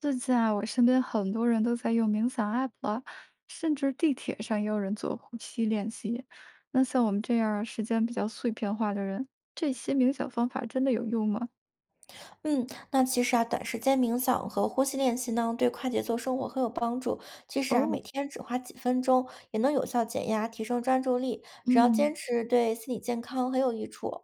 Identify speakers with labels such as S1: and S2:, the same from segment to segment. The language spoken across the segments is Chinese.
S1: 最近啊，我身边很多人都在用冥想 app 了，甚至地铁上也有人做呼吸练习。那像我们这样儿时间比较碎片化的人，这些冥想方法真的有用吗？
S2: 嗯，那其实啊，短时间冥想和呼吸练习呢，对快节奏生活很有帮助。即使啊，
S1: 哦。
S2: 每天只花几分钟，也能有效减压，提升专注力。只要坚
S1: 嗯。
S2: 持，对心理健康很有益处。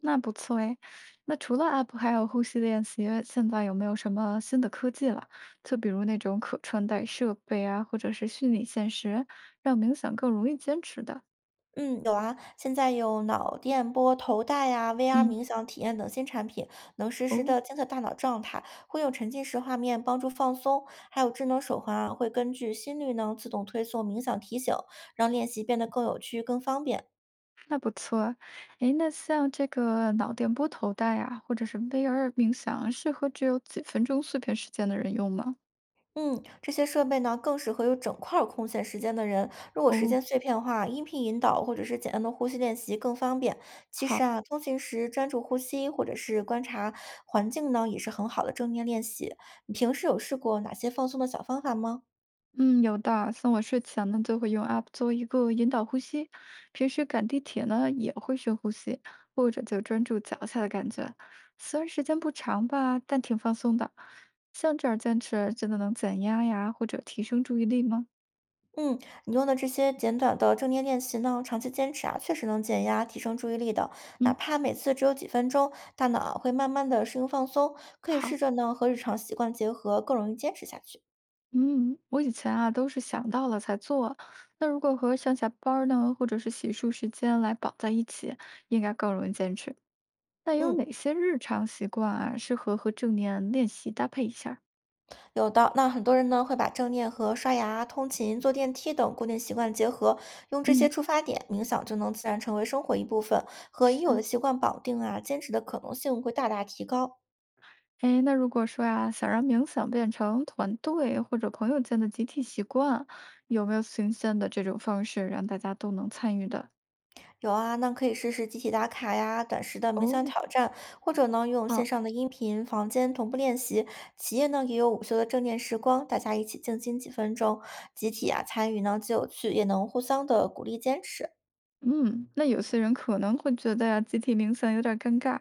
S1: 那不错哎。那除了 app，还有呼吸练习，现在有没有什么新的科技了？就比如那种可穿戴设备啊，或者是虚拟现实，让冥想更容易坚持的。
S2: 嗯，有啊，现在有脑电波头戴呀、VR
S1: 嗯，
S2: 冥想体验等新产品，能实时
S1: 哦，
S2: 的监测大脑状态，会用沉浸式画面帮助放松。还有智能手环啊，会根据心率呢自动推送冥想提醒，让练习变得更有趣、更方便。
S1: 那不错啊。诶，那像这个脑电波头戴啊，或者是 VR 冥想，适合只有几分钟碎片时间的人用吗？
S2: 嗯，这些设备呢更适合有整块儿空闲时间的人。如果时
S1: 哦，
S2: 间碎片化，音频引导或者是简单的呼吸练习更方便。其实
S1: 好，
S2: 啊，通勤时专注呼吸或者是观察环境呢，也是很好的正念练习。你平时有试过哪些放松的小方法吗？
S1: 嗯，有的啊。像我睡前呢，就会用 App 做一个引导呼吸，平时赶地铁呢也会深呼吸，或者就专注脚下的感觉。虽然时间不长吧，但挺放松的。像这样坚持，真的能减压呀，或者提升注意力吗？
S2: 嗯，你用的这些简短的正念练习呢，长期坚持啊，确实能减压、提升注意力的。哪
S1: 嗯。
S2: 怕每次只有几分钟，大脑啊会慢慢的适应放松。可以
S1: 好。
S2: 试着呢和日常习惯结合，更容易坚持下去。
S1: 嗯，我以前啊都是想到了才做，那如果和上下班儿呢，或者是洗漱时间来绑在一起，应该更容易坚持。那有
S2: 嗯。
S1: 哪些日常习惯啊，适合和正念练习搭配一下儿？
S2: 有的，那很多人呢会把正念和刷牙、通勤、坐电梯等固定习惯结合，用这些
S1: 嗯，
S2: 出发点，冥想就能自然成为生活一部分，和已有的
S1: 是，
S2: 习惯绑定啊，坚持的可能性会大大提高。
S1: 哎，那如果说呀，想让冥想变成团队或者朋友间的集体习惯，有没有新鲜的这种方式让大家都能参与的？
S2: 有啊，那可以试试集体打卡呀、短时的冥想
S1: 哦，
S2: 挑战，或者呢用线
S1: 好。
S2: 上的音频房间同步练习。企业呢也有午休的正念时光，大家一起静心几分钟，集体啊参与呢既有趣，也能互相的鼓励坚持。
S1: 嗯，那有些人可能会觉得呀，集体冥想有点儿尴尬，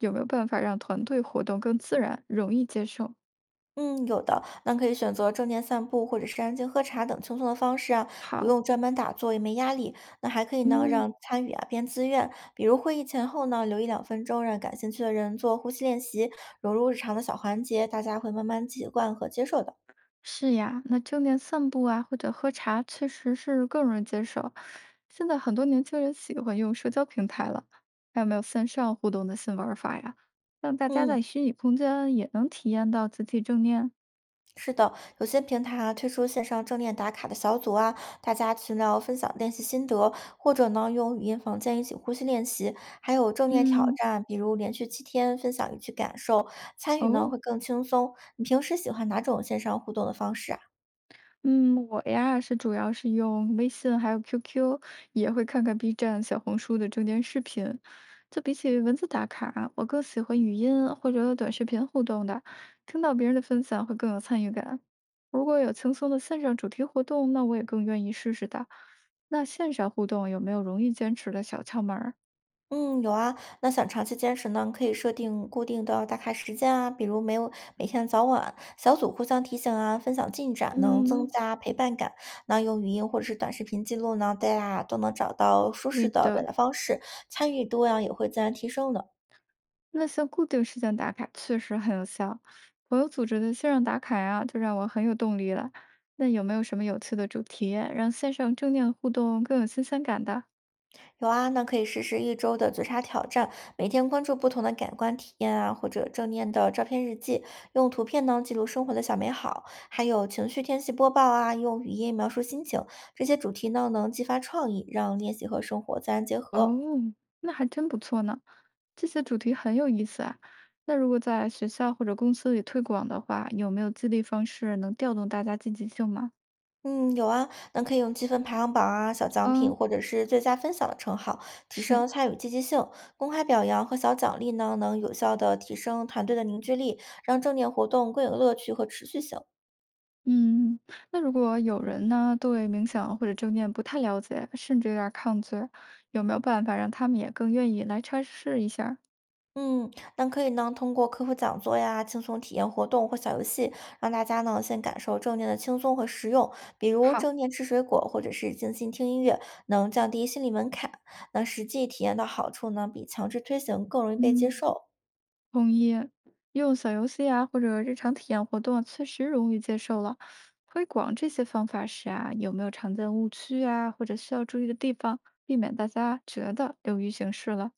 S1: 有没有办法让团队活动更自然、容易接受？
S2: 嗯，有的，那可以选择正念散步，或者是安静喝茶等轻松的方式啊，不
S1: 好，
S2: 用专门打坐，也没压力。那还可以呢，让
S1: 嗯，
S2: 参与啊变自愿，比如会议前后呢，留一两分钟，让感兴趣的人做呼吸练习，融入日常的小环节，大家会慢慢习惯和接受的。
S1: 是呀，那正念散步啊，或者喝茶，确实是更容易接受。现在很多年轻人喜欢用社交平台了，还有没有线上互动的新玩法呀？让大家在
S2: 嗯。
S1: 虚拟空间也能体验到集体正念。
S2: 是的，有些平台啊推出线上正念打卡的小组啊，大家群聊分享练习心得，或者呢用语音房间一起呼吸练习，还有正念挑
S1: 嗯，
S2: 战，比如连续七天分享一句感受，参与呢
S1: 哦，
S2: 会更轻松。你平时喜欢哪种线上互动的方式啊？
S1: 嗯，我主要是用微信还有 QQ，也会看看 B 站、小红书的证件视频。就比起文字打卡，我更喜欢语音或者短视频互动的，听到别人的分享会更有参与感。如果有轻松的线上主题活动，那我也更愿意试试的。那线上互动有没有容易坚持的小窍门儿？
S2: 嗯，有啊。那想长期坚持呢，可以设定固定的打卡时间啊，比如每天早晚小组互相提醒啊，分享进展，能增
S1: 嗯，
S2: 加陪伴感。那用语音或者是短视频记录呢，大家都能找到舒
S1: 对
S2: 适的表
S1: 的。
S2: 达方式，参与度呀也会自然提升的。
S1: 那些固定事件打卡确实很有效，朋友组织的线上打卡呀，就让我很有动力了。那有没有什么有趣的主题，让线上正念互动更有新鲜感的？
S2: 有啊，那可以实施一周的觉察挑战，每天关注不同的感官体验啊，或者正念的照片日记，用图片呢记录生活的小美好，还有情绪天气播报啊，用语音描述心情，这些主题呢能激发创意，让练习和生活自然结
S1: 哦，
S2: 合。
S1: 那还真不错呢，这些主题很有意思啊。那如果在学校或者公司里推广的话，有没有激励方式能调动大家积极性吗？
S2: 嗯，有啊，那可以用积分排行榜啊、小奖品
S1: 嗯，
S2: 或者是最佳分享的称号，提
S1: 是。
S2: 升参与积极性。公开表扬和小奖励呢，能有效的提升团队的凝聚力，让正念活动更有乐趣和持续性。
S1: 嗯，那如果有人呢，对冥想或者正念不太了解，甚至有点儿抗拒，有没有办法让他们也更愿意来尝试一下儿？
S2: 嗯，那可以呢，通过科普讲座呀、轻松体验活动或小游戏，让大家呢先感受正念的轻松和实用。比如
S1: 好，
S2: 正念吃水果，或者是静心听音乐，能降低心理门槛。那实际体验到好处呢，比强制推行更容易被接
S1: 嗯，
S2: 受。
S1: 同意。用小游戏啊，或者日常体验活动啊，确实容易接受了。推广这些方法时啊，有没有常见误区啊，或者需要注意的地方，避免大家觉得流于形式了？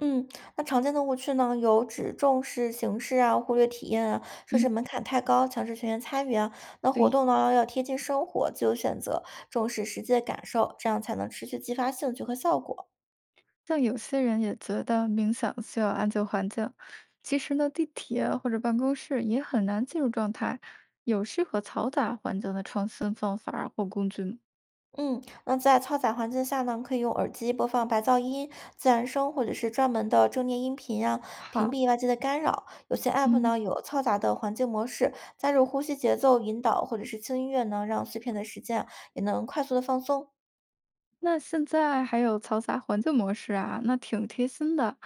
S2: 嗯，那常见的误区呢，有只重视形式啊，忽略体验啊，设置
S1: 嗯，
S2: 门槛太高，强制全员参与啊。那活
S1: 对。
S2: 动呢要贴近生活，自由选择，重视实际的感受，这样才能持续激发兴趣和效果。
S1: 像有些人也觉得冥想需要安静环境，其实呢，地铁或者办公室也很难进入状态。有适合嘈杂环境的创新方法儿或工具吗？
S2: 嗯，那在嘈杂环境下呢，可以用耳机播放白噪音、自然声，或者是专门的正念音频啊，屏
S1: 好，
S2: 蔽外界的干扰。有些 app
S1: 嗯，
S2: 呢有嘈杂的环境模式，加入呼吸节奏引导，或者是轻音乐呢，让碎片的时间啊也能快速的放松。
S1: 那现在还有嘈杂环境模式啊，那挺贴心的。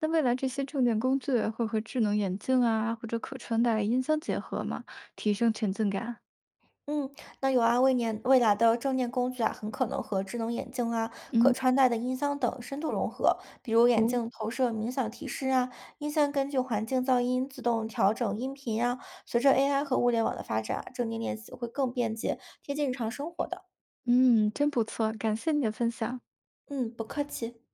S1: 那未来这些正念工具会和智能眼镜啊，或者可穿戴音箱结合吗？提升沉浸感。
S2: 嗯，那有啊，未来的正念工具啊，很可能和智能眼镜啊、
S1: 嗯，
S2: 可穿戴的音箱等深度融合，比如眼
S1: 哦，
S2: 镜投射冥想提示啊，音箱根据环境噪音自动调整音频啊。随着 AI 和物联网的发展啊，正念练习会更便捷、贴近日常生活的。
S1: 嗯，真不错，感谢你的分享。
S2: 嗯，不客气。